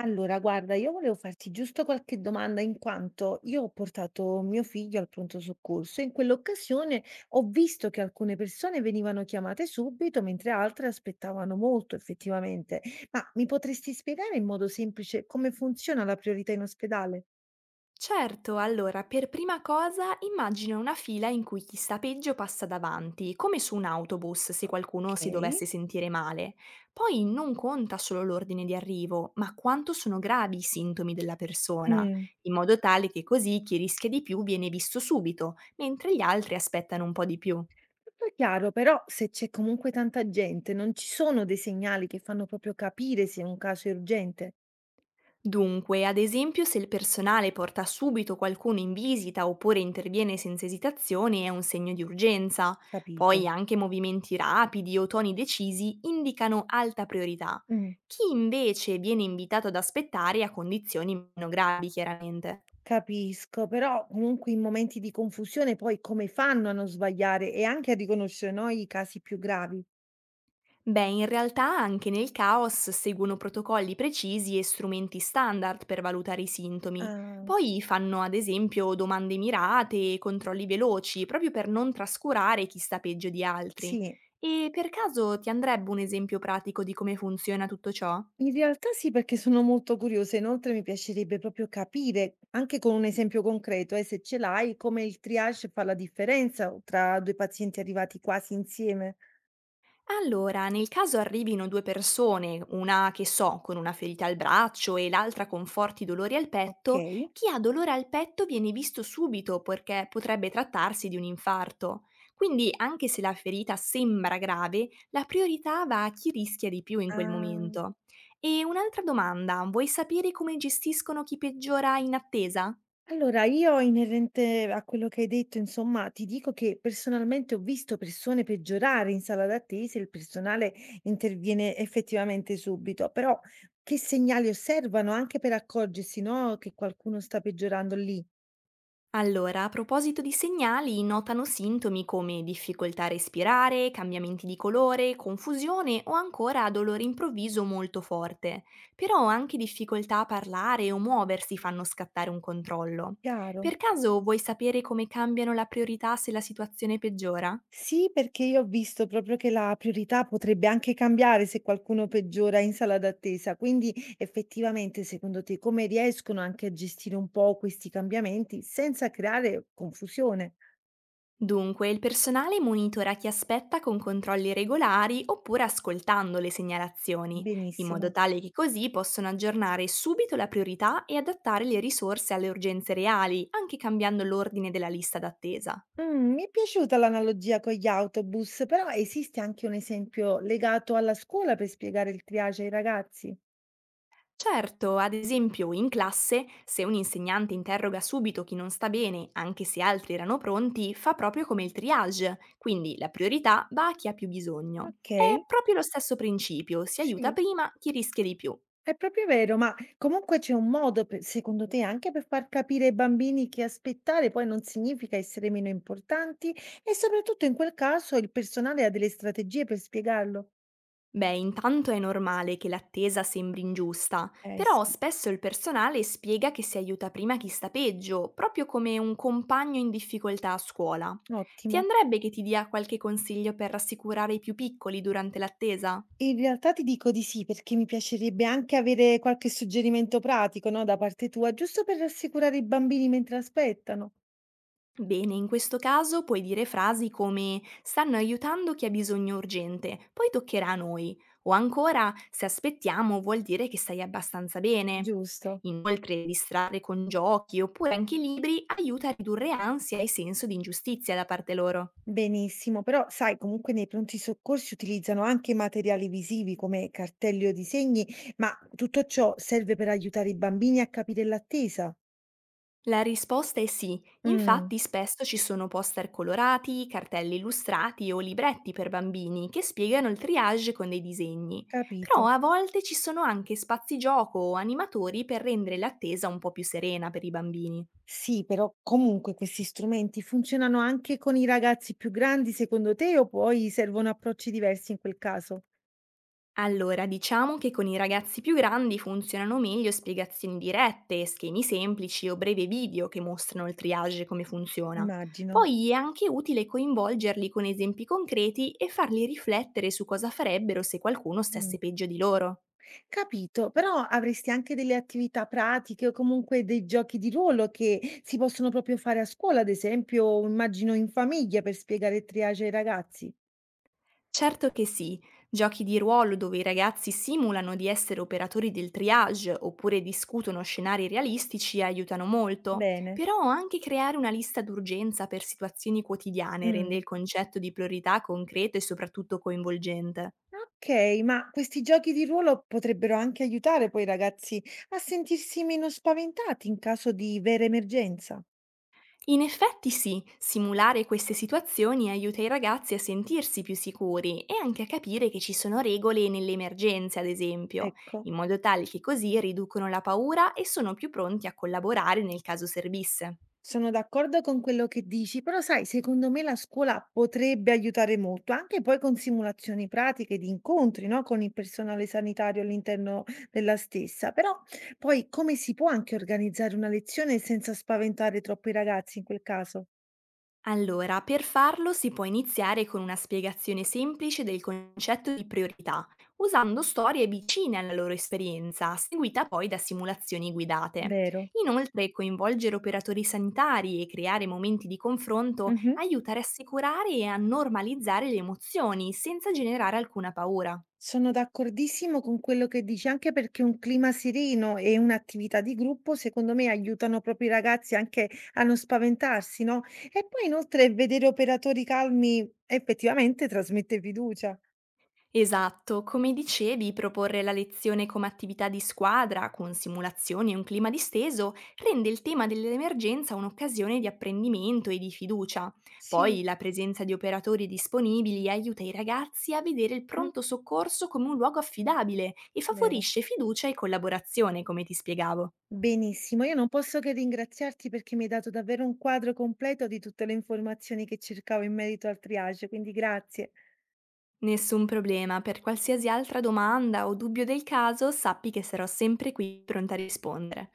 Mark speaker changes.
Speaker 1: Allora, guarda, io volevo farti giusto qualche domanda in quanto io ho portato mio figlio al pronto soccorso e in quell'occasione ho visto che alcune persone venivano chiamate subito, mentre altre aspettavano molto effettivamente. Ma mi potresti spiegare in modo semplice come funziona la priorità in ospedale?
Speaker 2: Certo, allora per prima cosa immagina una fila in cui chi sta peggio passa davanti, come su un autobus se
Speaker 1: Ok.
Speaker 2: qualcuno si dovesse sentire male. Poi non conta solo l'ordine di arrivo, ma quanto sono gravi i sintomi della persona,
Speaker 1: Mm.
Speaker 2: in modo tale che così chi rischia di più viene visto subito, mentre gli altri aspettano un po' di più.
Speaker 1: Tutto chiaro, però se c'è comunque tanta gente, non ci sono dei segnali che fanno proprio capire se è un caso urgente.
Speaker 2: Dunque, ad esempio, se il personale porta subito qualcuno in visita oppure interviene senza esitazione è un segno di urgenza.
Speaker 1: Capito.
Speaker 2: Poi anche movimenti rapidi o toni decisi indicano alta priorità.
Speaker 1: Mm.
Speaker 2: Chi invece viene invitato ad aspettare a condizioni meno gravi, chiaramente.
Speaker 1: Capisco, però comunque in momenti di confusione poi come fanno a non sbagliare e anche a riconoscere, no, i casi più gravi?
Speaker 2: Beh, in realtà anche nel caos seguono protocolli precisi e strumenti standard per valutare i sintomi.
Speaker 1: Ah,
Speaker 2: Poi fanno ad esempio domande mirate e controlli veloci, proprio per non trascurare chi sta peggio di altri.
Speaker 1: sì,
Speaker 2: E per caso ti andrebbe un esempio pratico di come funziona tutto ciò?
Speaker 1: in realtà sì, perché sono molto curiosa. Inoltre mi piacerebbe proprio capire, anche con un esempio concreto, se ce l'hai, come il triage fa la differenza tra due pazienti arrivati quasi insieme.
Speaker 2: Allora, nel caso arrivino 2 persone, una che so con una ferita al braccio e l'altra con forti dolori al
Speaker 1: Ok.
Speaker 2: petto, chi ha dolore al petto viene visto subito perché potrebbe trattarsi di un infarto. Quindi, anche se la ferita sembra grave, la priorità va a chi rischia di più in quel
Speaker 1: Ah.
Speaker 2: momento. E un'altra domanda, vuoi sapere come gestiscono chi peggiora in attesa?
Speaker 1: Allora, io inerente a quello che hai detto, insomma, ti dico che personalmente ho visto persone peggiorare in sala d'attesa, il personale interviene effettivamente subito, però che segnali osservano anche per accorgersi, no, che qualcuno sta peggiorando lì?
Speaker 2: Allora, a proposito di segnali, notano sintomi come difficoltà a respirare, cambiamenti di colore, confusione o ancora dolore improvviso molto forte. Però anche difficoltà a parlare o muoversi fanno scattare un controllo.
Speaker 1: Chiaro.
Speaker 2: Per caso vuoi sapere come cambiano la priorità se la situazione peggiora?
Speaker 1: Sì, perché io ho visto proprio che la priorità potrebbe anche cambiare se qualcuno peggiora in sala d'attesa, quindi effettivamente secondo te come riescono anche a gestire un po' questi cambiamenti senza creare confusione?
Speaker 2: Dunque, il personale monitora chi aspetta con controlli regolari oppure ascoltando le segnalazioni, in modo
Speaker 1: Benissimo.
Speaker 2: tale che così possono aggiornare subito la priorità e adattare le risorse alle urgenze reali, anche cambiando l'ordine della lista d'attesa.
Speaker 1: Mh, mi è piaciuta l'analogia con gli autobus, però esiste anche un esempio legato alla scuola per spiegare il triage ai ragazzi?
Speaker 2: Certo, ad esempio in classe, se un insegnante interroga subito chi non sta bene, anche se altri erano pronti, fa proprio come il triage, quindi la priorità va a chi ha più bisogno. È
Speaker 1: Okay,
Speaker 2: proprio lo stesso principio, si aiuta
Speaker 1: sì.
Speaker 2: prima chi rischia di più.
Speaker 1: È proprio vero, ma comunque c'è un modo pe secondo te anche per far capire ai bambini che aspettare poi non significa essere meno importanti e soprattutto in quel caso il personale ha delle strategie per spiegarlo?
Speaker 2: Beh, intanto è normale che l'attesa sembri ingiusta,
Speaker 1: Eh
Speaker 2: però
Speaker 1: sì.
Speaker 2: spesso il personale spiega che si aiuta prima chi sta peggio, proprio come un compagno in difficoltà a scuola. Ti
Speaker 1: Ottimo.
Speaker 2: andrebbe che ti dia qualche consiglio per rassicurare i più piccoli durante l'attesa?
Speaker 1: In realtà ti dico di sì, perché mi piacerebbe anche avere qualche suggerimento pratico, no, da parte tua, giusto per rassicurare i bambini mentre aspettano.
Speaker 2: Bene, in questo caso puoi dire frasi come stanno aiutando chi ha bisogno urgente, poi toccherà a noi, o ancora se aspettiamo vuol dire che stai abbastanza bene.
Speaker 1: Giusto.
Speaker 2: Inoltre, distrarre con giochi oppure anche libri aiuta a ridurre ansia e senso di ingiustizia da parte loro.
Speaker 1: Benissimo, però sai, comunque nei pronti soccorsi utilizzano anche materiali visivi come cartelli o disegni, ma tutto ciò serve per aiutare i bambini a capire l'attesa.
Speaker 2: La risposta è sì,
Speaker 1: Mm.
Speaker 2: infatti spesso ci sono poster colorati, cartelli illustrati o libretti per bambini che spiegano il triage con dei disegni, però
Speaker 1: Capito.
Speaker 2: a volte ci sono anche spazi gioco o animatori per rendere l'attesa un po' più serena per i bambini.
Speaker 1: Sì, però comunque questi strumenti funzionano anche con i ragazzi più grandi, secondo te, o poi servono approcci diversi in quel caso?
Speaker 2: Allora, diciamo che con i ragazzi più grandi funzionano meglio spiegazioni dirette, schemi semplici o brevi video che mostrano il triage e come funziona.
Speaker 1: Immagino.
Speaker 2: Poi è anche utile coinvolgerli con esempi concreti e farli riflettere su cosa farebbero se qualcuno
Speaker 1: Mh,
Speaker 2: stesse peggio di loro.
Speaker 1: capito, però avresti anche delle attività pratiche o comunque dei giochi di ruolo che si possono proprio fare a scuola, ad esempio, immagino in famiglia per spiegare il triage ai ragazzi.
Speaker 2: Certo che sì, giochi di ruolo dove i ragazzi simulano di essere operatori del triage oppure discutono scenari realistici aiutano molto,
Speaker 1: Bene.
Speaker 2: però anche creare una lista d'urgenza per situazioni quotidiane rende
Speaker 1: Mh,
Speaker 2: il concetto di priorità concreto e soprattutto coinvolgente.
Speaker 1: okay, ma questi giochi di ruolo potrebbero anche aiutare poi i ragazzi a sentirsi meno spaventati in caso di vera emergenza.
Speaker 2: In effetti sì, simulare queste situazioni aiuta i ragazzi a sentirsi più sicuri e anche a capire che ci sono regole nelle emergenze, ad esempio,
Speaker 1: Ecco.
Speaker 2: in modo tale che così riducono la paura e sono più pronti a collaborare nel caso servisse.
Speaker 1: Sono d'accordo con quello che dici, però sai, secondo me la scuola potrebbe aiutare molto, anche poi con simulazioni pratiche di incontri, no, con il personale sanitario all'interno della stessa. Però poi come si può anche organizzare una lezione senza spaventare troppo i ragazzi in quel caso?
Speaker 2: Allora, per farlo si può iniziare con una spiegazione semplice del concetto di priorità, usando storie vicine alla loro esperienza, seguita poi da simulazioni guidate.
Speaker 1: Vero.
Speaker 2: Inoltre, coinvolgere operatori sanitari e creare momenti di confronto
Speaker 1: Mhm.
Speaker 2: aiuta a rassicurare e a normalizzare le emozioni senza generare alcuna paura.
Speaker 1: Sono d'accordissimo con quello che dici, anche perché un clima sereno e un'attività di gruppo, secondo me, aiutano proprio i ragazzi anche a non spaventarsi, no? E poi inoltre vedere operatori calmi effettivamente trasmette fiducia.
Speaker 2: Esatto, come dicevi, proporre la lezione come attività di squadra, con simulazioni e un clima disteso, rende il tema dell'emergenza un'occasione di apprendimento e di fiducia.
Speaker 1: Sì,
Speaker 2: Poi la presenza di operatori disponibili aiuta i ragazzi a vedere il
Speaker 1: mm,
Speaker 2: pronto soccorso come un luogo affidabile e
Speaker 1: vero.
Speaker 2: favorisce fiducia e collaborazione, come ti spiegavo.
Speaker 1: Benissimo, io non posso che ringraziarti perché mi hai dato davvero un quadro completo di tutte le informazioni che cercavo in merito al triage, quindi grazie.
Speaker 2: Nessun problema, per qualsiasi altra domanda o dubbio del caso sappi che sarò sempre qui pronta a rispondere.